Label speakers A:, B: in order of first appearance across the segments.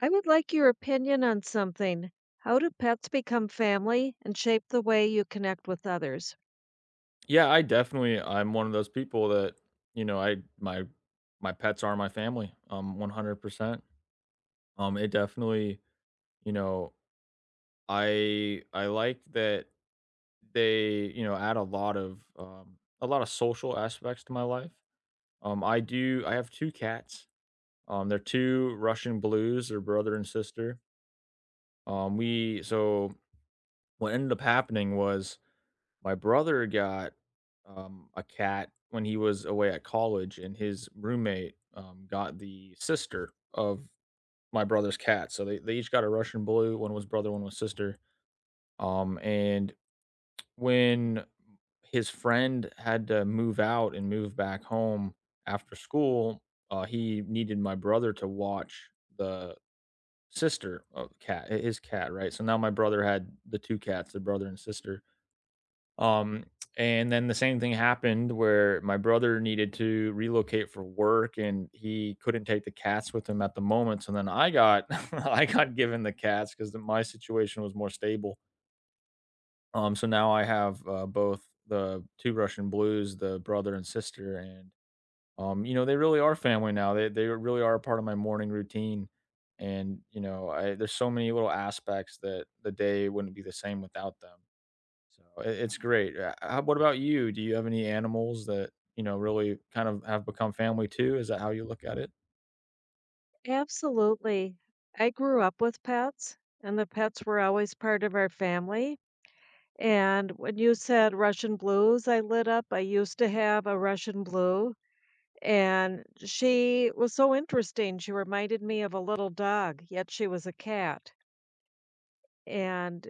A: I would like your opinion on something. How do pets become family and shape the way you connect with others?
B: Yeah, I'm one of those people that, you know, I my my pets are my family, 100%. It definitely, you know, I like that they, you know, add a lot of social aspects to my life. I have two cats. They're two Russian blues, they're brother and sister. We so What ended up happening was my brother got, a cat when he was away at college, and his roommate, got the sister of my brother's cat. So they each got a Russian blue. One was brother, one was sister. And when his friend had to move out and move back home after school, he needed my brother to watch the sister of cat, his cat, right? So now my brother had the two cats, the brother and sister um, and then the same thing happened where my brother needed to relocate for work and he couldn't take the cats with him at the moment. So then I got I got given the cats because my situation was more stable. So now I have both the two Russian blues, the brother and sister, and you know they really are family now. They really are a part of my morning routine. And you know, there's so many little aspects that the day wouldn't be the same without them. So it's great. How what about you? Do you have any animals that, you know, really kind of have become family too? Is that how you look at it?
A: Absolutely. I grew up with pets, and the pets were always part of our family. And when you said Russian blues, I lit up. I used to have a Russian blue, and she was so interesting. She reminded me of a little dog, yet she was a cat. And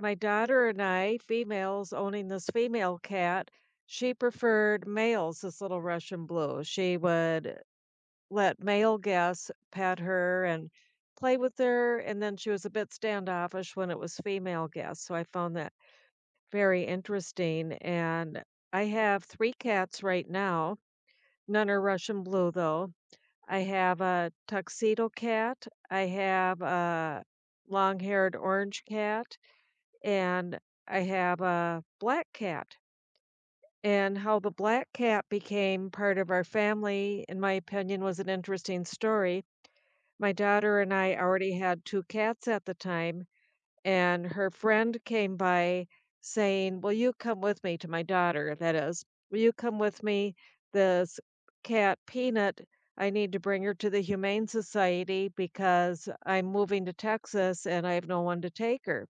A: my daughter and I, females owning this female cat, she preferred males, this little Russian blue. She would let male guests pet her and play with her. And then she was a bit standoffish when it was female guests. So I found that very interesting. And I have three cats right now. None are Russian blue, though. I have a tuxedo cat. I have a long haired orange cat, and I have a black cat. And how the black cat became part of our family, in my opinion, was an interesting story. My daughter and I already had two cats at the time, and her friend came by saying, "Will you come with me to my daughter?" That is, will you come with me? This cat, Peanut, I need to bring her to the Humane Society because I'm moving to Texas and I have no one to take her.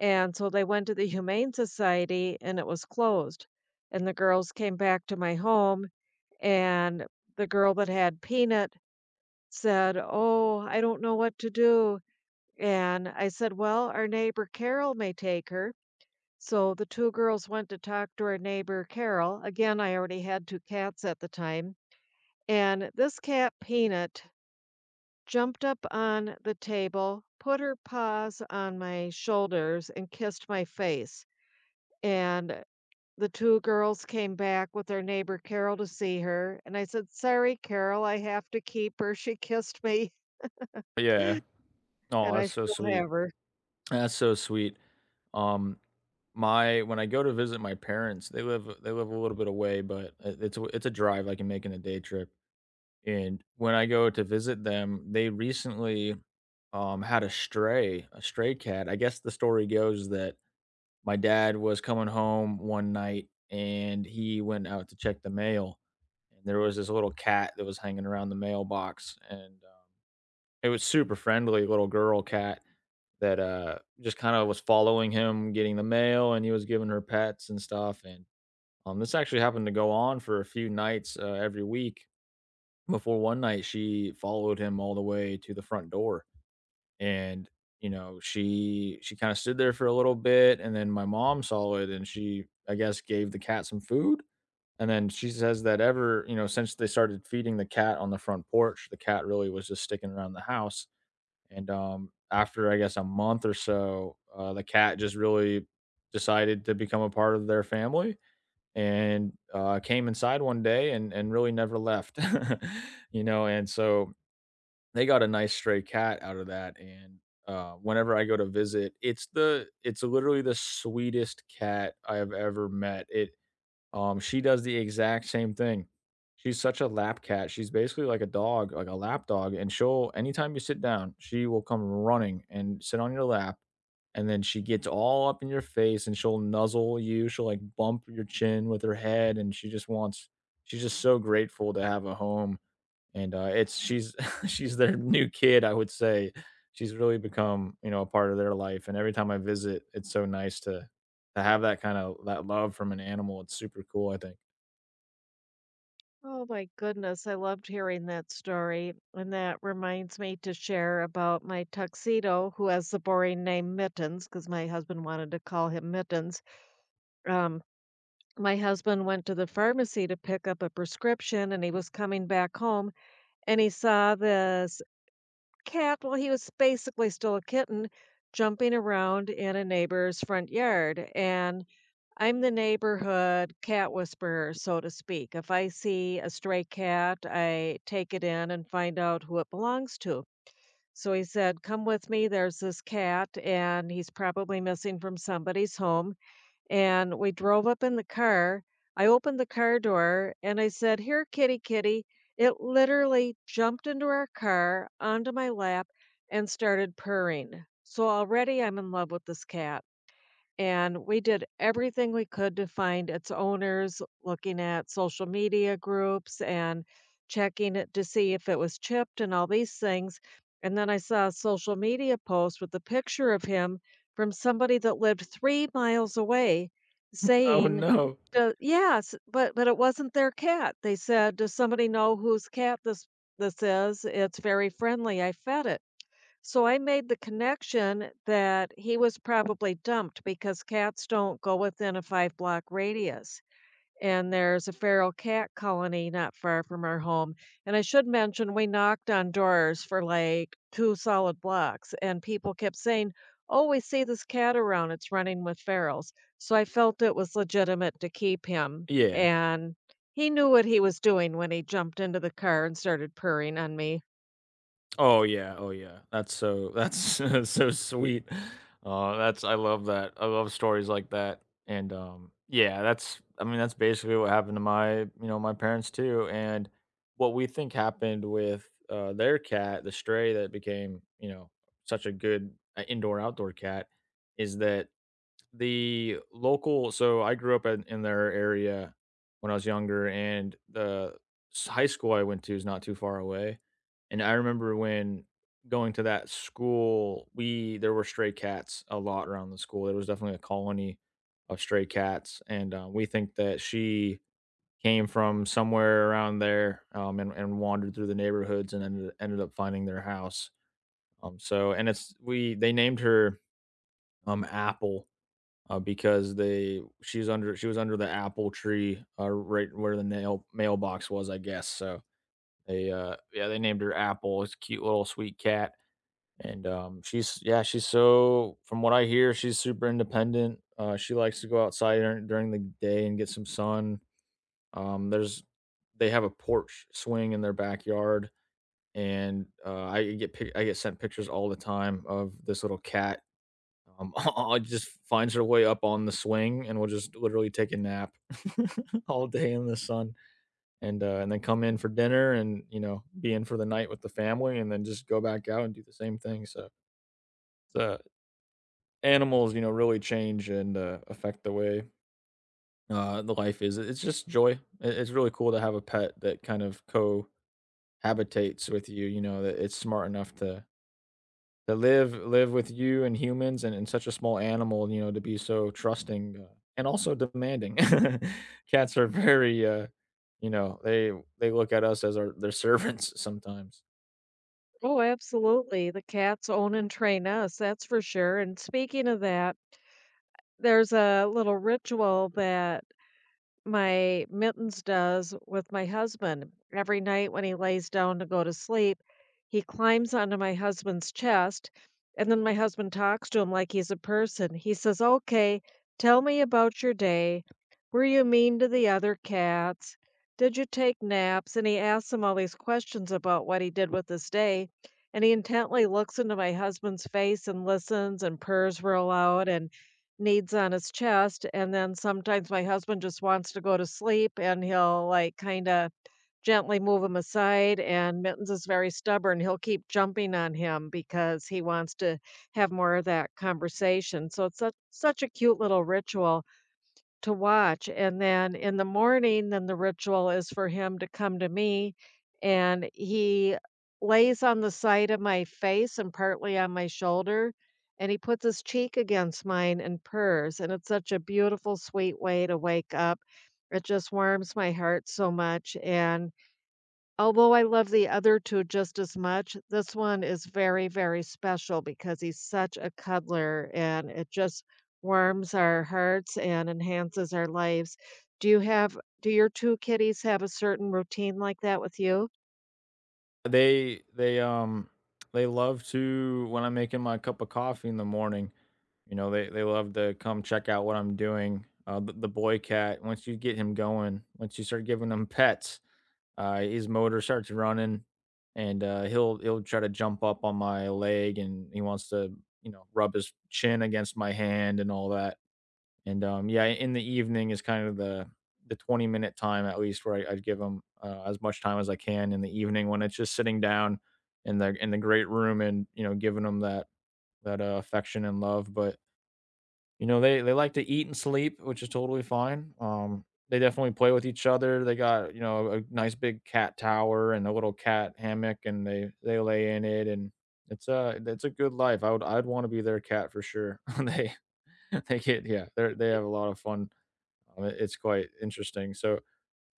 A: And so they went to the Humane Society and it was closed. And the girls came back to my home, and the girl that had Peanut said, "Oh, I don't know what to do." And I said, "Well, our neighbor Carol may take her." So the two girls went to talk to our neighbor Carol. Again, I already had two cats at the time. And this cat, Peanut, jumped up on the table, put her paws on my shoulders, and kissed my face. And the 2 girls came back with their neighbor Carol to see her, and I said, "Sorry, Carol, I have to keep her. She kissed me,
B: Yeah. Oh,
A: and I
B: that's so
A: still
B: sweet.
A: have her."
B: That's so sweet. Um, my when I go to visit my parents, they live a little bit away, but it's a drive I can make in a day trip. And when I go to visit them, they recently had a stray cat. I guess the story goes that my dad was coming home one night and he went out to check the mail, and there was this little cat that was hanging around the mailbox, and, it was super friendly little girl cat that, just kinda was following him getting the mail, and he was giving her pets and stuff, and, this actually happened to go on for a few nights, every week before one night she followed him all the way to the front door and you know she kind of stood there for a little bit, and then my mom saw it and she, I guess, gave the cat some food. And then she says that, ever you know since they started feeding the cat on the front porch, the cat really was just sticking around the house. And after, I guess, a month or so, the cat just really decided to become a part of their family, and came inside one day and really never left. You know, and so they got a nice stray cat out of that, and, whenever I go to visit, it's literally the sweetest cat I have ever met. It She does the exact same thing. She's such a lap cat. She's basically like a dog, like a lap dog, and she'll, anytime you sit down, she will come running and sit on your lap, and then she gets all up in your face, and she'll nuzzle you, she'll, like, bump your chin with her head, and she's just so grateful to have a home. And, it's she's she's their new kid, I would say. She's really become, you know, a part of their life, and every time I visit, it's so nice to have that kinda that love from an animal. It's super cool, I think.
A: Oh my goodness, I loved hearing that story, and that reminds me to share about my tuxedo, who has the boring name Mittens. Because my husband wanted to call him Mittens. Um, my husband went to the pharmacy to pick up a prescription, and he was coming back home, and he saw this cat, well, he was basically still a kitten jumping around in a neighbor's front yard. And I'm the neighborhood cat whisperer, so to speak. If I see a stray cat, I take it in and find out who it belongs to. So he said, "Come with me. There's this cat, and he's probably missing from somebody's home." And we drove up in the car. I opened the car door and I said, "Here, kitty, kitty." It literally jumped into our car, onto my lap, and started purring. So already I'm in love with this cat. And we did everything we could to find its owners, looking at social media groups and checking it to see if it was chipped and all these things. And then I saw a social media post with a picture of him from somebody that lived 3 miles away
B: Oh,
A: saying,
B: no.
A: Yes, but it wasn't their cat." They said, "Does somebody know whose cat this is? It's very friendly. I fed it." So I made the connection that he was probably dumped because cats don't go within a five block radius. And there's a feral cat colony not far from our home. And I should mention, we knocked on doors for like two solid blocks, and people kept saying, "Oh, we see this cat around. It's running with ferals." So I felt it was legitimate to keep him.
B: Yeah.
A: And he knew what he was doing when he jumped into the car and started purring on me.
B: Oh yeah, oh yeah. That's so sweet. That's I love that. I love stories like that. And yeah, that's I mean that's basically what happened to my, you know, my parents too. And what we think happened with their cat, the stray that became, you know, such a good, indoor outdoor cat, is that the local so I grew up in their area when I was younger, and the s high school I went to is not too far away, and I remember when going to that school, we there were stray cats a lot around the school, there was definitely a colony of stray cats, and, we think that she came from somewhere around there, and wandered through the neighborhoods and ended up finding their house, and it's we they named her, Apple, because they she's under she was under the apple tree, right where the nail mailbox was, I guess. So they, yeah, they named her Apple. It's a cute little sweet cat, and she's, yeah, she's, so from what I hear, she's super independent. She likes to go outside during the day and get some sun. There's They have a porch swing in their backyard. And I get I get sent pictures all the time of this little cat, I just finds her way up on the swing and will just literally take a nap all day in the sun and then come in for dinner and, you know, be in for the night with the family and then just go back out and do the same thing. So, the animals, you know, really change and, affect the way, the life is. It's just joy. It's really cool to have a pet that kind of cohabitates with you, you know, that it's smart enough to live with you and humans, and such a small animal, you know, to be so trusting, and also demanding. Cats are very, you know, they look at us as our their servants sometimes.
A: Oh, absolutely. The cats own and train us, that's for sure. And speaking of that, there's a little ritual that my Mittens does with my husband. Every night when he lays down to go to sleep, he climbs onto my husband's chest, and then my husband talks to him like he's a person. He says, "Okay, tell me about your day. Were you mean to the other cats? Did you take naps?" And he asks him all these questions about what he did with his day. And he intently looks into my husband's face and listens and purrs real loud. And needs on his chest, and then sometimes my husband just wants to go to sleep, and he'll, like, kinda gently move him aside, and Mittens is very stubborn, he'll keep jumping on him because he wants to have more of that conversation, so it's such a cute little ritual to watch. And then in the morning, then the ritual is for him to come to me, and he lays on the side of my face and partly on my shoulder, and he puts his cheek against mine and purrs, and it's such a beautiful, sweet way to wake up. It just warms my heart so much. And although I love the other 2 just as much, this one is very, very special because he's such a cuddler, and it just warms our hearts and enhances our lives. Do your 2 kitties have a certain routine like that with you?
B: They they love to, when I'm making my cup of coffee in the morning. You know, they love to come check out what I'm doing. The boy cat, once you get him going, once you start giving him pets, his motor starts running, and he'll try to jump up on my leg, and he wants to, you know, rub his chin against my hand and all that. And yeah, in the evening is kind of the 20-minute time at least where I'd give him, as much time as I can in the evening when it's just sitting down in the great room and, you know, giving him that affection and love. But you know, they like to eat and sleep, which is totally fine. They definitely play with each other. They got, you know, a nice big cat tower and a little cat hammock and they lay in it, and it's a good life. I'd want to be their cat for sure. They get, yeah, they have a lot of fun. It's quite interesting. So,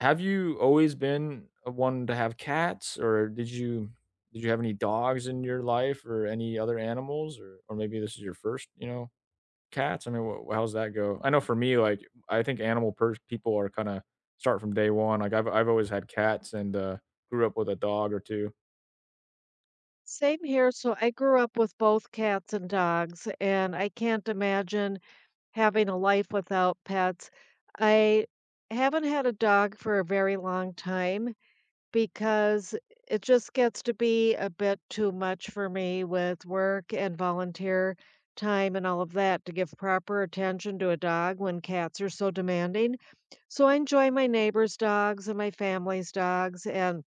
B: have you always been a one to have cats, or did you have any dogs in your life or any other animals, or maybe this is your first, you know, cats? I mean, wh how's that go? I know for me, like, I think animal pers people are kinda start from day one, like, I've always had cats and, grew up with a dog or two.
A: Same here, so I grew up with both cats and dogs, and I can't imagine having a life without pets. I haven't had a dog for a very long time. Because it just gets to be a bit too much for me with work and volunteer time and all of that to give proper attention to a dog when cats are so demanding. So I enjoy my neighbor's dogs and my family's dogs, and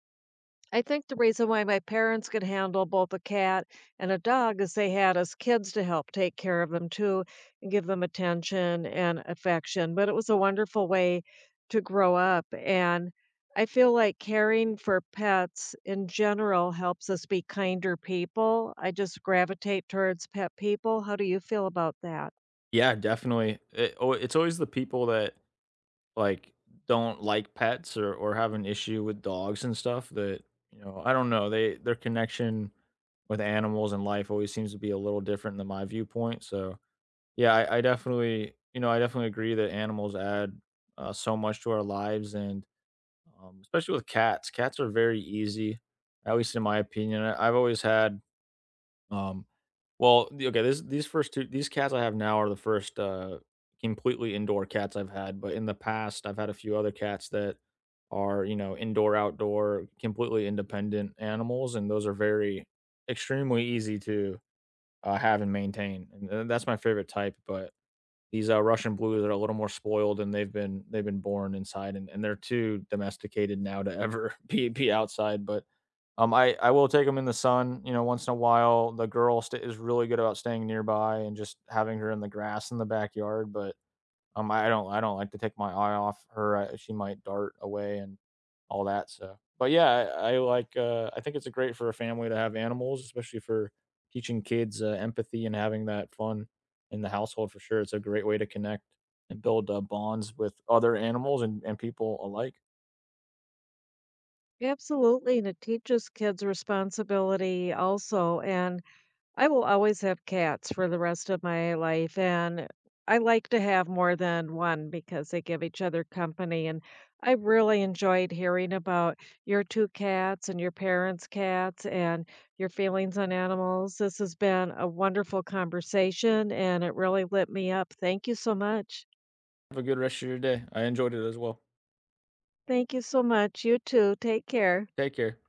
A: I think the reason why my parents could handle both a cat and a dog is they had us kids to help take care of them too and give them attention and affection. But it was a wonderful way to grow up. And I feel like caring for pets in general helps us be kinder people. I just gravitate towards pet people. How do you feel about that?
B: Yeah, definitely. It's always the people that, like, don't like pets or have an issue with dogs and stuff that, you know, I don't know, they their connection with animals and life always seems to be a little different than my viewpoint, so, yeah, I definitely, you know, I definitely agree that animals add, so much to our lives and especially with cats. Cats are very easy, at least in my opinion. I've always had, um, these first two, these cats I have now are the first completely indoor cats I've had. But in the past, I've had a few other cats that are, you know, indoor, outdoor, completely independent animals. And those are very, extremely easy to have and maintain. And that's my favorite type. But these, Russian Blues are a little more spoiled, and they've been born inside, and they're too domesticated now to ever be outside, but, I will take them in the sun, you know, once in a while. The girl st is really good about staying nearby and just having her in the grass in the backyard, but I don't like to take my eye off her, she might dart away and all that, so but yeah, I like, I think it's a great for a family to have animals, especially for teaching kids, empathy and having that fun in the household for sure, it's a great way to connect and build, bonds with other animals and people alike.
A: Absolutely. And it teaches kids responsibility also. And I will always have cats for the rest of my life, and I like to have more than one because they give each other company. And I really enjoyed hearing about your two cats and your parents' cats and your feelings on animals. This has been a wonderful conversation, and it really lit me up. Thank you so much.
B: Have a good rest of your day, I enjoyed it as well.
A: Thank you so much. You too. Take care.
B: Take care.